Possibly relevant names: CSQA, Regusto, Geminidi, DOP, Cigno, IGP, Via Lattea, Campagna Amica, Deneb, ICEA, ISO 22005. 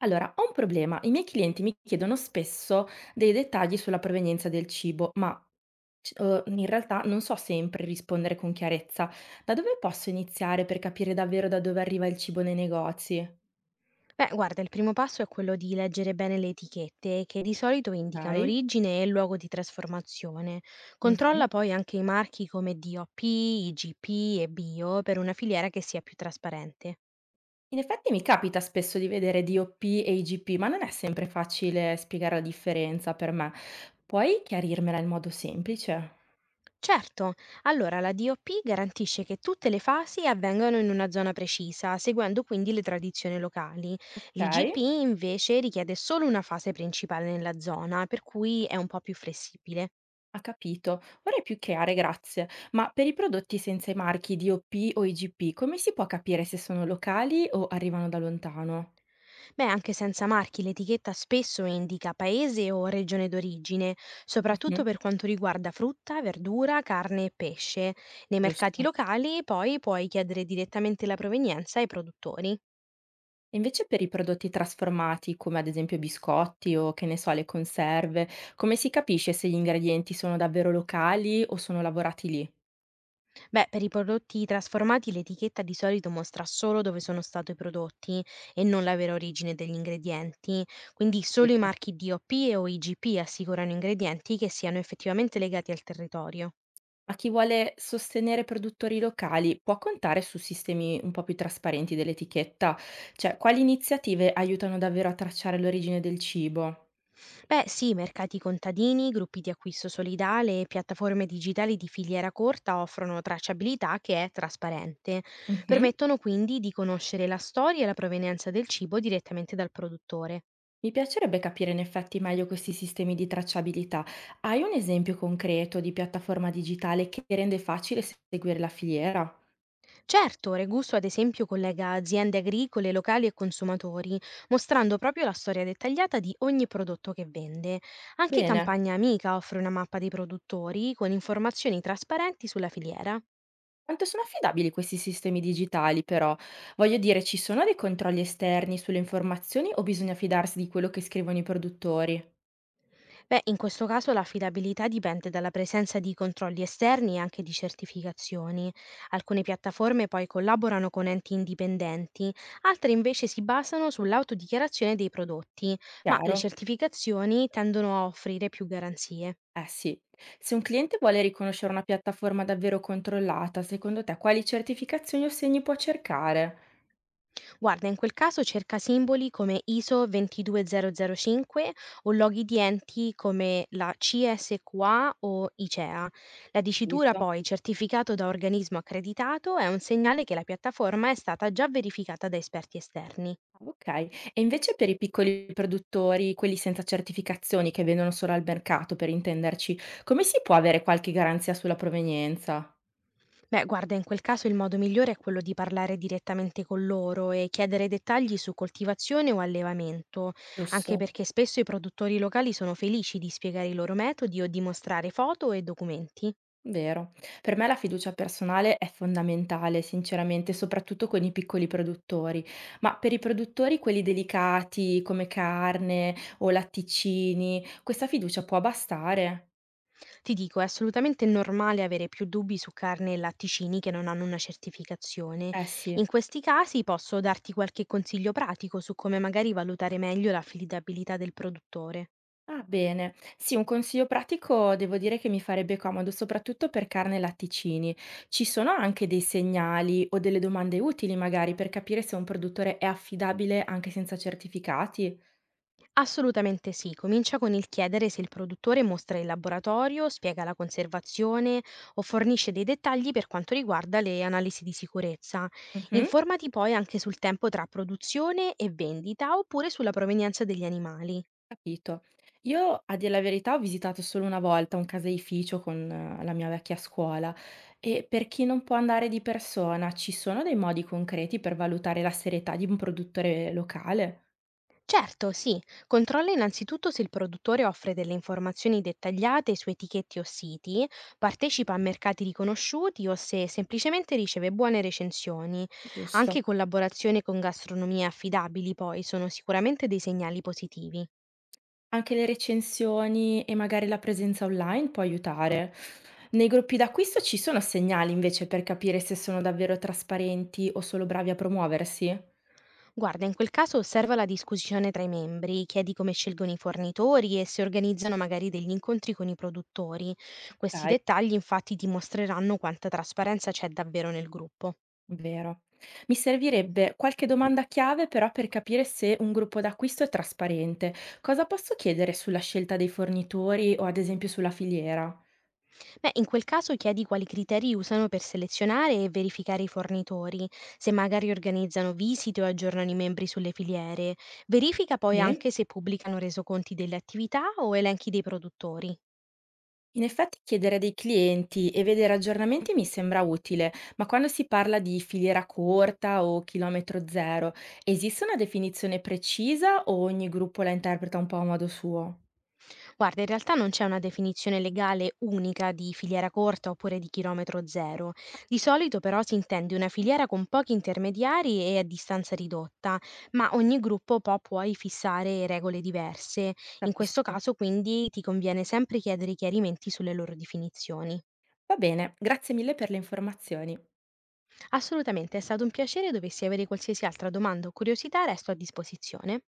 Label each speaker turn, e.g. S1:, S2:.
S1: Allora, ho un problema. I miei clienti mi chiedono spesso dei dettagli sulla provenienza del cibo, ma in realtà non so sempre rispondere con chiarezza. Da dove posso iniziare per capire davvero da dove arriva il cibo nei negozi?
S2: Beh, guarda, il primo passo è quello di leggere bene le etichette, che di solito indicano
S1: Ok?
S2: origine e luogo di trasformazione.
S1: Mhm.
S2: Controlla poi anche i marchi come DOP, IGP e Bio per una filiera che sia più trasparente.
S1: In effetti mi capita spesso di vedere DOP e IGP, ma non è sempre facile spiegare la differenza per me. Puoi chiarirmela in modo semplice?
S2: Certo, allora la DOP garantisce che tutte le fasi avvengano in una zona precisa, seguendo quindi le tradizioni locali.
S1: Ok?
S2: L'IGP invece richiede solo una fase principale nella zona, per cui è un po' più flessibile.
S1: Ha capito. Ora è più chiare, grazie. Ma per i prodotti senza i marchi DOP o IGP, come si può capire se sono locali o arrivano da lontano?
S2: Beh, anche senza marchi, l'etichetta spesso indica paese o regione d'origine, soprattutto
S1: Mhm,
S2: per quanto riguarda frutta, verdura, carne e pesce. Nei mercati
S1: giusto.
S2: locali poi puoi chiedere direttamente la provenienza ai produttori.
S1: E invece per i prodotti trasformati, come ad esempio biscotti o che ne so, le conserve, come si capisce se gli ingredienti sono davvero locali o sono lavorati lì?
S2: Beh, per i prodotti trasformati l'etichetta di solito mostra solo dove sono stati prodotti e non la vera origine degli ingredienti, quindi solo i
S1: Capito.
S2: marchi DOP e o IGP assicurano ingredienti che siano effettivamente legati al territorio.
S1: Ma chi vuole sostenere produttori locali può contare su sistemi un po' più trasparenti dell'etichetta? Cioè, quali iniziative aiutano davvero a tracciare l'origine del cibo?
S2: Beh sì, mercati contadini, gruppi di acquisto solidale e piattaforme digitali di filiera corta offrono tracciabilità che è trasparente.
S1: Mh-mh.
S2: Permettono quindi di conoscere la storia e la provenienza del cibo direttamente dal produttore.
S1: Mi piacerebbe capire in effetti meglio questi sistemi di tracciabilità. Hai un esempio concreto di piattaforma digitale che rende facile seguire la filiera?
S2: Certo, Regusto ad esempio collega aziende agricole, locali e consumatori, mostrando proprio la storia dettagliata di ogni prodotto che vende. Anche
S1: Bene.
S2: Campagna Amica offre una mappa dei produttori con informazioni trasparenti sulla filiera.
S1: Quanto sono affidabili questi sistemi digitali però? Voglio dire, ci sono dei controlli esterni sulle informazioni o bisogna fidarsi di quello che scrivono i produttori?
S2: Beh, in questo caso l'affidabilità dipende dalla presenza di controlli esterni e anche di certificazioni. Alcune piattaforme poi collaborano con enti indipendenti, altre invece si basano sull'autodichiarazione dei prodotti, ma le
S1: Chiaro?
S2: certificazioni tendono a offrire più garanzie.
S1: Eh sì. Se un cliente vuole riconoscere una piattaforma davvero controllata, secondo te quali certificazioni o segni può cercare?
S2: Guarda, in quel caso cerca simboli come ISO 22005 o loghi di enti come la CSQA o ICEA. La dicitura poi certificato da organismo accreditato è un segnale che la piattaforma è stata già verificata da esperti esterni.
S1: Okay. E invece per i piccoli produttori, quelli senza certificazioni che vendono solo al mercato per intenderci, come si può avere qualche garanzia sulla provenienza?
S2: Beh, guarda, in quel caso il modo migliore è quello di parlare direttamente con loro e chiedere dettagli su coltivazione o allevamento, anche
S1: Giusto?
S2: perché spesso i produttori locali sono felici di spiegare i loro metodi o di mostrare foto e documenti.
S1: Vero. Per me la fiducia personale è fondamentale, sinceramente, soprattutto con i piccoli produttori. Ma per i produttori, quelli delicati come carne o latticini, questa fiducia può bastare?
S2: Ti dico, è assolutamente normale avere più dubbi su carne e latticini che non hanno una certificazione.
S1: Eh sì.
S2: In questi casi posso darti qualche consiglio pratico su come magari valutare meglio l'affidabilità del produttore.
S1: Ah, bene. Sì, un consiglio pratico devo dire che mi farebbe comodo, soprattutto per carne e latticini. Ci sono anche dei segnali o delle domande utili, magari, per capire se un produttore è affidabile anche senza certificati?
S2: Assolutamente sì, comincia con il chiedere se il produttore mostra il laboratorio, spiega la conservazione o fornisce dei dettagli per quanto riguarda le analisi di sicurezza.
S1: Mhm,
S2: Informati poi anche sul tempo tra produzione e vendita oppure sulla provenienza degli animali.
S1: capito. Io, a dire la verità, ho visitato solo una volta un caseificio con la mia vecchia scuola e per chi non può andare di persona, ci sono dei modi concreti per valutare la serietà di un produttore locale?
S2: Certo, sì. Controlla innanzitutto se il produttore offre delle informazioni dettagliate su etichette o siti, partecipa a mercati riconosciuti o se semplicemente riceve buone recensioni.
S1: Giusto.
S2: Anche collaborazioni con gastronomie affidabili poi sono sicuramente dei segnali positivi.
S1: Anche le recensioni e magari la presenza online può aiutare. Nei gruppi d'acquisto ci sono segnali invece per capire se sono davvero trasparenti o solo bravi a promuoversi?
S2: Guarda, in quel caso osserva la discussione tra i membri, chiedi come scelgono i fornitori e se organizzano magari degli incontri con i produttori. Questi
S1: Ok,
S2: dettagli infatti dimostreranno quanta trasparenza c'è davvero nel gruppo.
S1: vero. Mi servirebbe qualche domanda chiave però per capire se un gruppo d'acquisto è trasparente. Cosa posso chiedere sulla scelta dei fornitori o ad esempio sulla filiera?
S2: Beh, in quel caso chiedi quali criteri usano per selezionare e verificare i fornitori, se magari organizzano visite o aggiornano i membri sulle filiere. Verifica poi
S1: Sì?
S2: anche se pubblicano resoconti delle attività o elenchi dei produttori.
S1: In effetti chiedere dei clienti e vedere aggiornamenti mi sembra utile, ma quando si parla di filiera corta o chilometro 0, esiste una definizione precisa o ogni gruppo la interpreta un po' a modo suo?
S2: Guarda, in realtà non c'è una definizione legale unica di filiera corta oppure di chilometro zero. Di solito però si intende una filiera con pochi intermediari e a distanza ridotta, ma ogni gruppo può poi fissare regole diverse. In questo
S1: Capisco.
S2: caso quindi ti conviene sempre chiedere chiarimenti sulle loro definizioni.
S1: Va bene, grazie mille per le informazioni.
S2: Assolutamente, è stato un piacere, dovessi avere qualsiasi altra domanda o curiosità resto a disposizione.